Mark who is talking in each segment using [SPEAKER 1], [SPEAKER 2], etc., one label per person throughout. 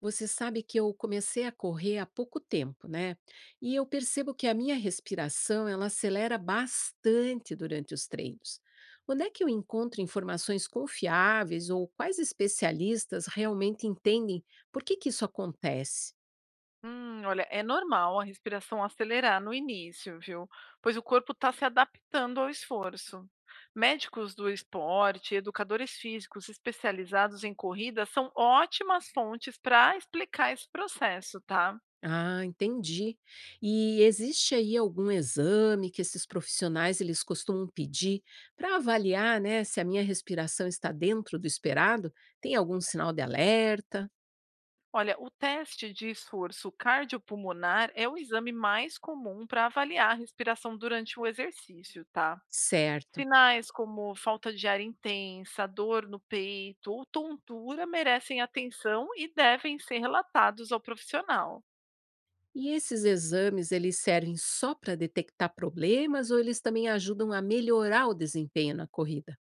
[SPEAKER 1] Você sabe que eu comecei a correr há pouco tempo, né? E eu percebo que a minha respiração ela acelera bastante durante os treinos. Onde é que eu encontro informações confiáveis ou quais especialistas realmente entendem por que isso acontece?
[SPEAKER 2] É normal a respiração acelerar no início, viu? Pois o corpo está se adaptando ao esforço. Médicos do esporte, educadores físicos especializados em corrida são ótimas fontes para explicar esse processo, tá?
[SPEAKER 1] Ah, entendi. E existe aí algum exame que esses profissionais eles costumam pedir para avaliar, né, se a minha respiração está dentro do esperado? Tem algum sinal de alerta?
[SPEAKER 2] Olha, o teste de esforço cardiopulmonar é o exame mais comum para avaliar a respiração durante o exercício, tá?
[SPEAKER 1] Certo.
[SPEAKER 2] Sinais como falta de ar intensa, dor no peito ou tontura merecem atenção e devem ser relatados ao profissional.
[SPEAKER 1] E esses exames, eles servem só para detectar problemas ou eles também ajudam a melhorar o desempenho na corrida?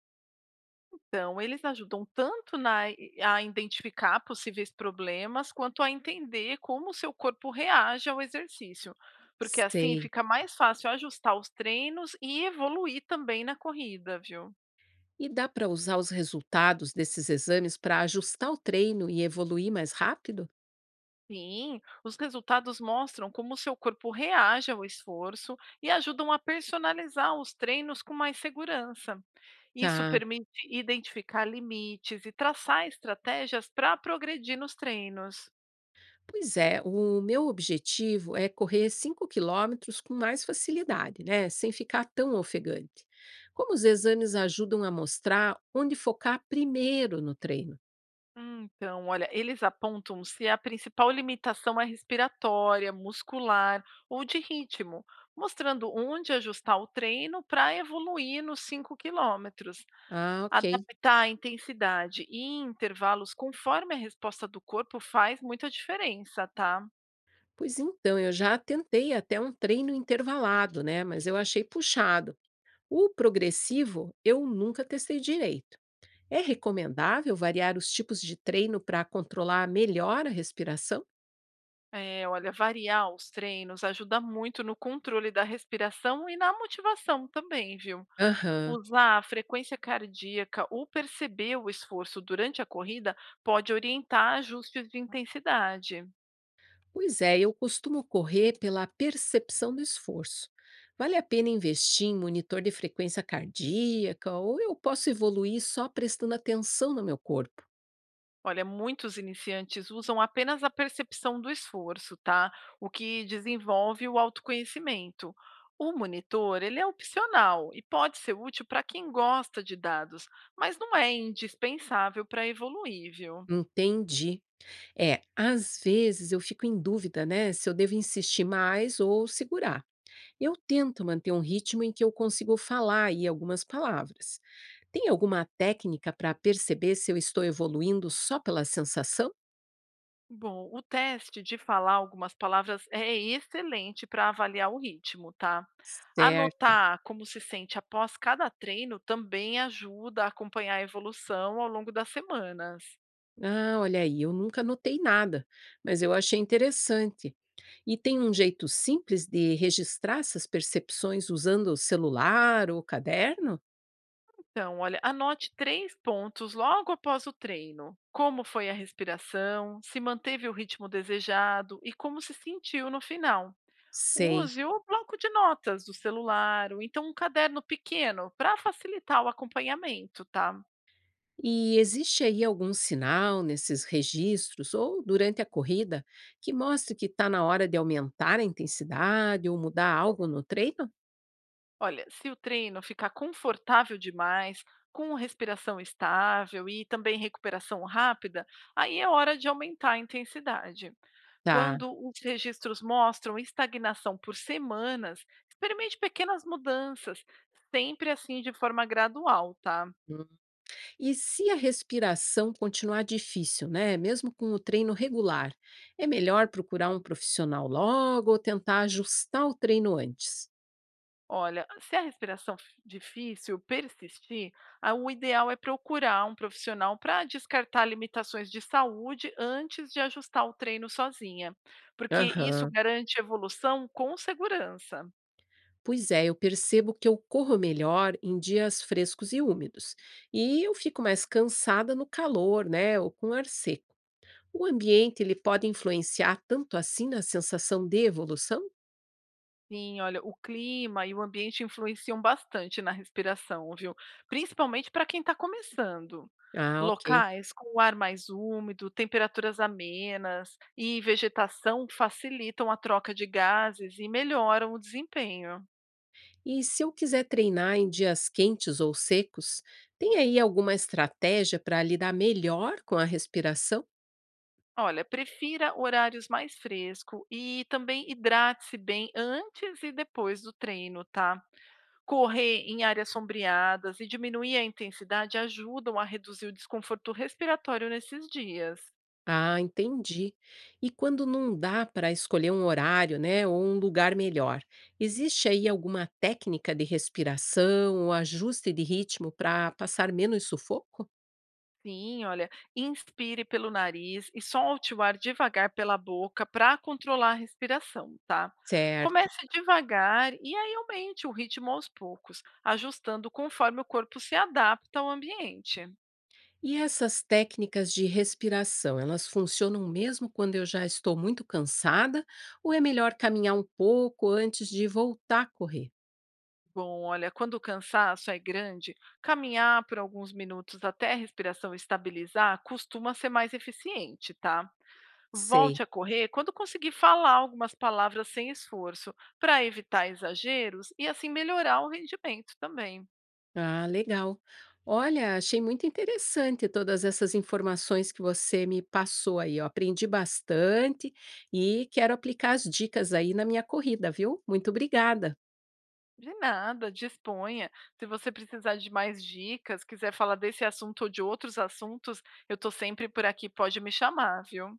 [SPEAKER 2] Então, eles ajudam tanto na a identificar possíveis problemas, quanto a entender como o seu corpo reage ao exercício, porque assim
[SPEAKER 1] Sei.
[SPEAKER 2] fica mais fácil ajustar os treinos e evoluir também na corrida, viu?
[SPEAKER 1] E dá para usar os resultados desses exames para ajustar o treino e evoluir mais rápido?
[SPEAKER 2] Sim, os resultados mostram como o seu corpo reage ao esforço e ajudam a personalizar os treinos com mais segurança. Isso
[SPEAKER 1] Tá.
[SPEAKER 2] permite identificar limites e traçar estratégias para progredir nos treinos.
[SPEAKER 1] Pois é, o meu objetivo é correr 5 km com mais facilidade, né? Sem ficar tão ofegante. Como os exames ajudam a mostrar onde focar primeiro no treino?
[SPEAKER 2] Então, olha, eles apontam se a principal limitação é respiratória, muscular ou de ritmo, mostrando onde ajustar o treino para evoluir nos 5 km.
[SPEAKER 1] Ah, ok.
[SPEAKER 2] Adaptar a intensidade e intervalos conforme a resposta do corpo faz muita diferença, tá?
[SPEAKER 1] Pois então, eu já tentei até um treino intervalado, né? Mas eu achei puxado. O progressivo eu nunca testei direito. É recomendável variar os tipos de treino para controlar melhor a respiração?
[SPEAKER 2] É, olha, variar os treinos ajuda muito no controle da respiração e na motivação também, viu?
[SPEAKER 1] Aham.
[SPEAKER 2] Usar a frequência cardíaca ou perceber o esforço durante a corrida pode orientar ajustes de intensidade.
[SPEAKER 1] Pois é, eu costumo correr pela percepção do esforço. Vale a pena investir em monitor de frequência cardíaca ou eu posso evoluir só prestando atenção no meu corpo?
[SPEAKER 2] Olha, muitos iniciantes usam apenas a percepção do esforço, tá? O que desenvolve o autoconhecimento. O monitor, ele é opcional e pode ser útil para quem gosta de dados, mas não é indispensável para evoluir, viu?
[SPEAKER 1] Entendi. É, às vezes eu fico em dúvida, né, se eu devo insistir mais ou segurar. Eu tento manter um ritmo em que eu consigo falar aí algumas palavras. Tem alguma técnica para perceber se eu estou evoluindo só pela sensação?
[SPEAKER 2] Bom, o teste de falar algumas palavras é excelente para avaliar o ritmo, tá?
[SPEAKER 1] Certo.
[SPEAKER 2] Anotar como se sente após cada treino também ajuda a acompanhar a evolução ao longo das semanas.
[SPEAKER 1] Ah, olha aí, eu nunca notei nada, mas eu achei interessante. E tem um jeito simples de registrar essas percepções usando o celular ou caderno?
[SPEAKER 2] Então, olha, anote três pontos logo após o treino. Como foi a respiração, se manteve o ritmo desejado e como se sentiu no final.
[SPEAKER 1] Sei.
[SPEAKER 2] Use o bloco de notas do celular ou então um caderno pequeno para facilitar o acompanhamento, tá?
[SPEAKER 1] E existe aí algum sinal nesses registros ou durante a corrida que mostre que está na hora de aumentar a intensidade ou mudar algo no treino?
[SPEAKER 2] Olha, se o treino ficar confortável demais, com respiração estável e também recuperação rápida, aí é hora de aumentar a intensidade.
[SPEAKER 1] Tá.
[SPEAKER 2] Quando os registros mostram estagnação por semanas, experimente pequenas mudanças, sempre assim de forma gradual, tá?
[SPEAKER 1] Hum. E se a respiração continuar difícil, né? Mesmo com o treino regular, é melhor procurar um profissional logo ou tentar ajustar o treino antes?
[SPEAKER 2] Olha, se a difícil persistir, o ideal é procurar um profissional para descartar limitações de saúde antes de ajustar o treino sozinha, porque isso
[SPEAKER 1] Aham.
[SPEAKER 2] garante evolução com segurança.
[SPEAKER 1] Pois é, eu percebo que eu corro melhor em dias frescos e úmidos. E eu fico mais cansada no calor, né? Ou com ar seco. O ambiente ele pode influenciar tanto assim na sensação de evolução?
[SPEAKER 2] Sim, olha, o clima e o ambiente influenciam bastante na respiração, viu? Principalmente para quem está começando.
[SPEAKER 1] Ah, ok.
[SPEAKER 2] Locais com o ar mais úmido, temperaturas amenas e vegetação facilitam a troca de gases e melhoram o desempenho.
[SPEAKER 1] E se eu quiser treinar em dias quentes ou secos, tem aí alguma estratégia para lidar melhor com a respiração?
[SPEAKER 2] Olha, prefira horários mais frescos e também hidrate-se bem antes e depois do treino, tá? Correr em áreas sombreadas e diminuir a intensidade ajudam a reduzir o desconforto respiratório nesses dias.
[SPEAKER 1] Ah, entendi. E quando não dá para escolher um horário, né, ou um lugar melhor, existe aí alguma técnica de respiração ou ajuste de ritmo para passar menos sufoco?
[SPEAKER 2] Sim, olha, inspire pelo nariz e solte o ar devagar pela boca para controlar a respiração, tá?
[SPEAKER 1] Certo.
[SPEAKER 2] Comece devagar e aí aumente o ritmo aos poucos, ajustando conforme o corpo se adapta ao ambiente.
[SPEAKER 1] E essas técnicas de respiração, elas funcionam mesmo quando eu já estou muito cansada? Ou é melhor caminhar um pouco antes de voltar a correr?
[SPEAKER 2] Bom, olha, quando o cansaço é grande, caminhar por alguns minutos até a respiração estabilizar costuma ser mais eficiente, tá?
[SPEAKER 1] Sei.
[SPEAKER 2] Volte a correr quando conseguir falar algumas palavras sem esforço, para evitar exageros e assim melhorar o rendimento também.
[SPEAKER 1] Ah, legal. Olha, achei muito interessante todas essas informações que você me passou aí. Eu aprendi bastante e quero aplicar as dicas aí na minha corrida, viu? Muito obrigada.
[SPEAKER 2] De nada, disponha. Se você precisar de mais dicas, quiser falar desse assunto ou de outros assuntos, eu estou sempre por aqui, pode me chamar, viu?